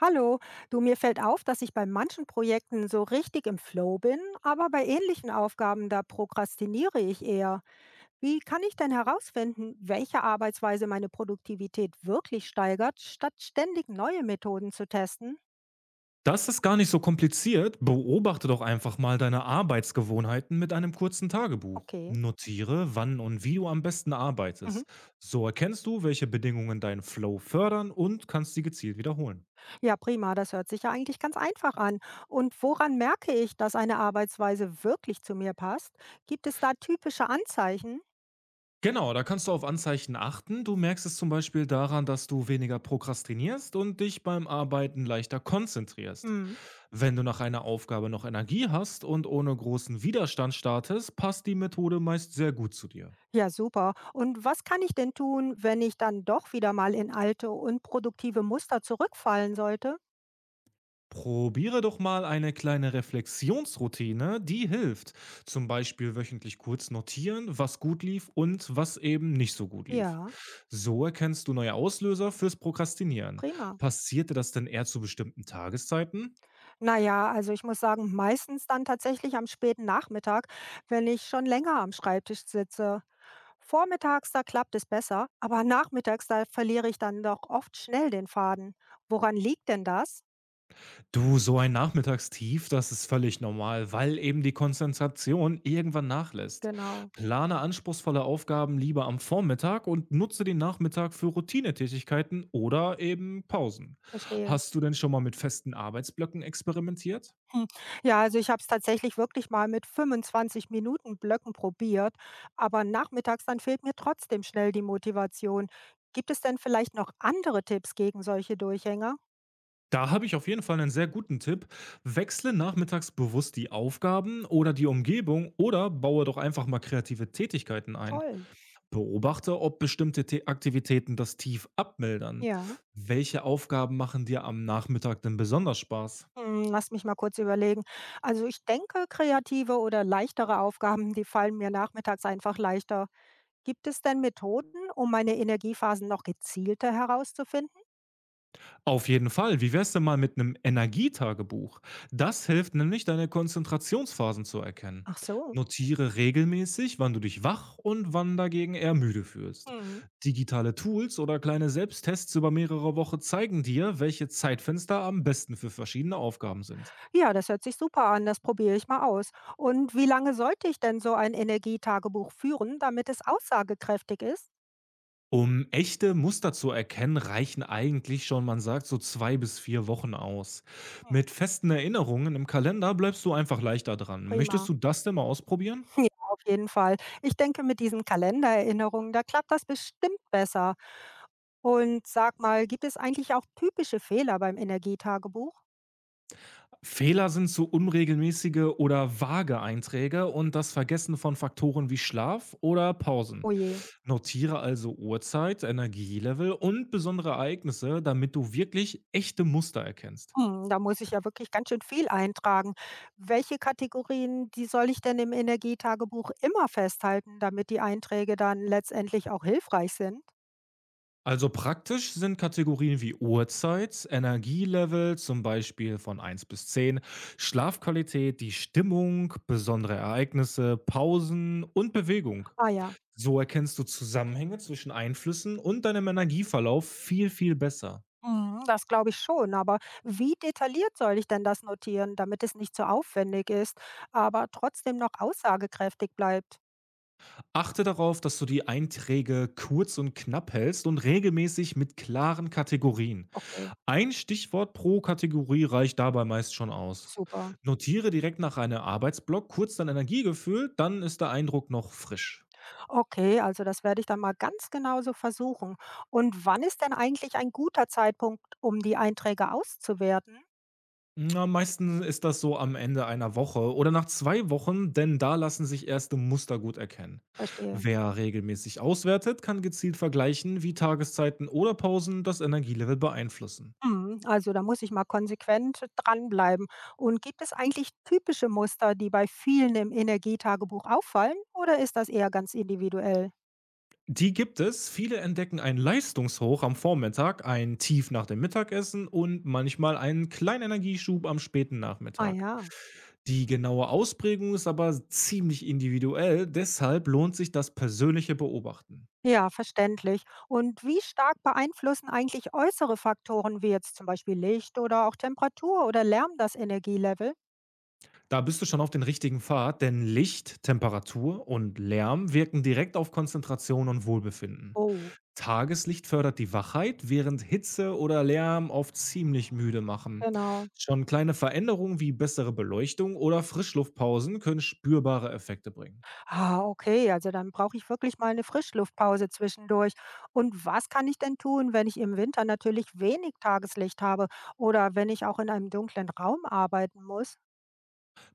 Hallo, du, mir fällt auf, dass ich bei manchen Projekten so richtig im Flow bin, aber bei ähnlichen Aufgaben, da prokrastiniere ich eher. Wie kann ich denn herausfinden, welche Arbeitsweise meine Produktivität wirklich steigert, statt ständig neue Methoden zu testen? Das ist gar nicht so kompliziert. Beobachte doch einfach mal deine Arbeitsgewohnheiten mit einem kurzen Tagebuch. Okay. Notiere, wann und wie du am besten arbeitest. Mhm. So erkennst du, welche Bedingungen deinen Flow fördern und kannst sie gezielt wiederholen. Ja, prima, das hört sich ja eigentlich ganz einfach an. Und woran merke ich, dass eine Arbeitsweise wirklich zu mir passt? Gibt es da typische Anzeichen? Genau, da kannst du auf Anzeichen achten. Du merkst es zum Beispiel daran, dass du weniger prokrastinierst und dich beim Arbeiten leichter konzentrierst. Hm. Wenn du nach einer Aufgabe noch Energie hast und ohne großen Widerstand startest, passt die Methode meist sehr gut zu dir. Ja, super. Und was kann ich denn tun, wenn ich dann doch wieder mal in alte, unproduktive Muster zurückfallen sollte? Probiere doch mal eine kleine Reflexionsroutine, die hilft. Zum Beispiel wöchentlich kurz notieren, was gut lief und was eben nicht so gut lief. Ja, So erkennst du neue Auslöser fürs Prokrastinieren. prima. Passiert dir das denn eher zu bestimmten Tageszeiten? Naja, also ich muss sagen, meistens dann tatsächlich am späten Nachmittag, wenn ich schon länger am Schreibtisch sitze. Vormittags, da klappt es besser, aber nachmittags, da verliere ich dann doch oft schnell den Faden. Woran liegt denn das? Du, so ein Nachmittagstief, das ist völlig normal, weil eben die Konzentration irgendwann nachlässt. Genau, Plane anspruchsvolle Aufgaben lieber am Vormittag und nutze den Nachmittag für Routinetätigkeiten oder eben Pausen. verstehe. Hast du denn schon mal mit festen Arbeitsblöcken experimentiert? Hm, ja, also ich habe es tatsächlich wirklich mal mit 25 Minuten Blöcken probiert, aber nachmittags dann fehlt mir trotzdem schnell die Motivation. Gibt es denn vielleicht noch andere Tipps gegen solche Durchhänger? Da habe ich auf jeden Fall einen sehr guten Tipp. Wechsle nachmittags bewusst die Aufgaben oder die Umgebung oder baue doch einfach mal kreative Tätigkeiten ein. Toll. Beobachte, ob bestimmte Tä Aktivitäten das Tief abmildern. Ja. Welche Aufgaben machen dir am Nachmittag denn besonders Spaß? Hm, lass mich mal kurz überlegen. Also ich denke, kreative oder leichtere Aufgaben, die fallen mir nachmittags einfach leichter. Gibt es denn Methoden, um meine Energiephasen noch gezielter herauszufinden? Auf jeden Fall. Wie wär's denn mal mit einem Energietagebuch? Das hilft nämlich, deine Konzentrationsphasen zu erkennen. Ach so. Notiere regelmäßig, wann du dich wach und wann dagegen eher müde fühlst. Hm. Digitale Tools oder kleine Selbsttests über mehrere Wochen zeigen dir, welche Zeitfenster am besten für verschiedene Aufgaben sind. Ja, das hört sich super an, das probiere ich mal aus. Und wie lange sollte ich denn so ein Energietagebuch führen, damit es aussagekräftig ist? Um echte Muster zu erkennen, reichen eigentlich schon, man sagt, so 2 bis 4 Wochen aus. Hm. Mit festen Erinnerungen im Kalender bleibst du einfach leichter dran. Möchtest Prima. du das denn mal ausprobieren? Ja, auf jeden Fall. Ich denke, mit diesen Kalendererinnerungen, da klappt das bestimmt besser. Und sag mal, gibt es eigentlich auch typische Fehler beim Energietagebuch? Fehler sind so unregelmäßige oder vage Einträge und das Vergessen von Faktoren wie Schlaf oder Pausen. Oh je, Notiere also Uhrzeit, Energielevel und besondere Ereignisse, damit du wirklich echte Muster erkennst. hm, da muss ich ja wirklich ganz schön viel eintragen. Welche Kategorien, die soll ich denn im Energietagebuch immer festhalten, damit die Einträge dann letztendlich auch hilfreich sind? Also praktisch sind Kategorien wie Uhrzeit, Energielevel, zum Beispiel von 1 bis 10, Schlafqualität, die Stimmung, besondere Ereignisse, Pausen und Bewegung. Ah ja. So erkennst du Zusammenhänge zwischen Einflüssen und deinem Energieverlauf viel, viel besser. Mhm, das glaube ich schon, aber wie detailliert soll ich denn das notieren, damit es nicht zu aufwendig ist, aber trotzdem noch aussagekräftig bleibt? Achte darauf, dass du die Einträge kurz und knapp hältst und regelmäßig mit klaren Kategorien. Okay, Ein Stichwort pro Kategorie reicht dabei meist schon aus. super. Notiere direkt nach einem Arbeitsblock kurz dein Energiegefühl, dann ist der Eindruck noch frisch. Okay, also das werde ich dann mal ganz genau so versuchen. Und wann ist denn eigentlich ein guter Zeitpunkt, um die Einträge auszuwerten? Na, meistens ist das so am Ende einer Woche oder nach 2 Wochen, denn da lassen sich erste Muster gut erkennen. Verstehe. Wer regelmäßig auswertet, kann gezielt vergleichen, wie Tageszeiten oder Pausen das Energielevel beeinflussen. Mhm, also da muss ich mal konsequent dranbleiben. Und gibt es eigentlich typische Muster, die bei vielen im Energietagebuch auffallen, oder ist das eher ganz individuell? Die gibt es. Viele entdecken ein Leistungshoch am Vormittag, ein Tief nach dem Mittagessen und manchmal einen kleinen Energieschub am späten Ah Nachmittag. ja. Die genaue Ausprägung ist aber ziemlich individuell, deshalb lohnt sich das persönliche Beobachten. Ja, verständlich. Und wie stark beeinflussen eigentlich äußere Faktoren wie jetzt zum Beispiel Licht oder auch Temperatur oder Lärm das Energielevel? Da bist du schon auf den richtigen Pfad, denn Licht, Temperatur und Lärm wirken direkt auf Konzentration und Wohlbefinden. Oh, Tageslicht fördert die Wachheit, während Hitze oder Lärm oft ziemlich müde machen. genau. Schon kleine Veränderungen wie bessere Beleuchtung oder Frischluftpausen können spürbare Effekte bringen. Ah, okay, also dann brauche ich wirklich mal eine Frischluftpause zwischendurch. Und was kann ich denn tun, wenn ich im Winter natürlich wenig Tageslicht habe oder wenn ich auch in einem dunklen Raum arbeiten muss?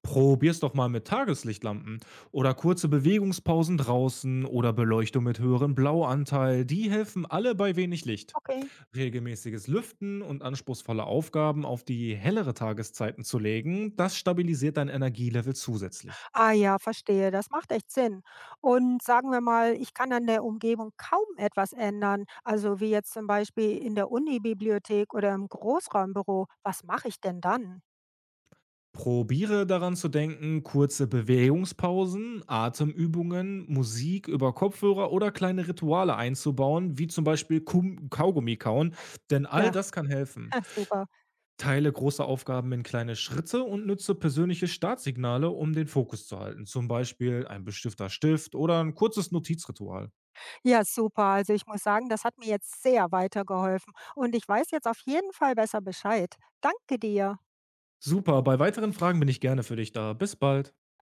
Probier's doch mal mit Tageslichtlampen oder kurze Bewegungspausen draußen oder Beleuchtung mit höherem Blauanteil. Die helfen alle bei wenig Licht. Okay. Regelmäßiges Lüften und anspruchsvolle Aufgaben auf die hellere Tageszeiten zu legen, das stabilisiert dein Energielevel zusätzlich. Ah ja, verstehe. Das macht echt Sinn. Und sagen wir mal, ich kann an der Umgebung kaum etwas ändern, also wie jetzt zum Beispiel in der Unibibliothek oder im Großraumbüro. Was mache ich denn dann? Probiere daran zu denken, kurze Bewegungspausen, Atemübungen, Musik über Kopfhörer oder kleine Rituale einzubauen, wie zum Beispiel Kum Kaugummi kauen, denn all Ja, das kann helfen. super. Teile große Aufgaben in kleine Schritte und nütze persönliche Startsignale, um den Fokus zu halten, zum Beispiel ein bestimmter Stift oder ein kurzes Notizritual. Ja, super. Also ich muss sagen, das hat mir jetzt sehr weitergeholfen und ich weiß jetzt auf jeden Fall besser Bescheid. Danke dir. Super, bei weiteren Fragen bin ich gerne für dich da. Bis bald.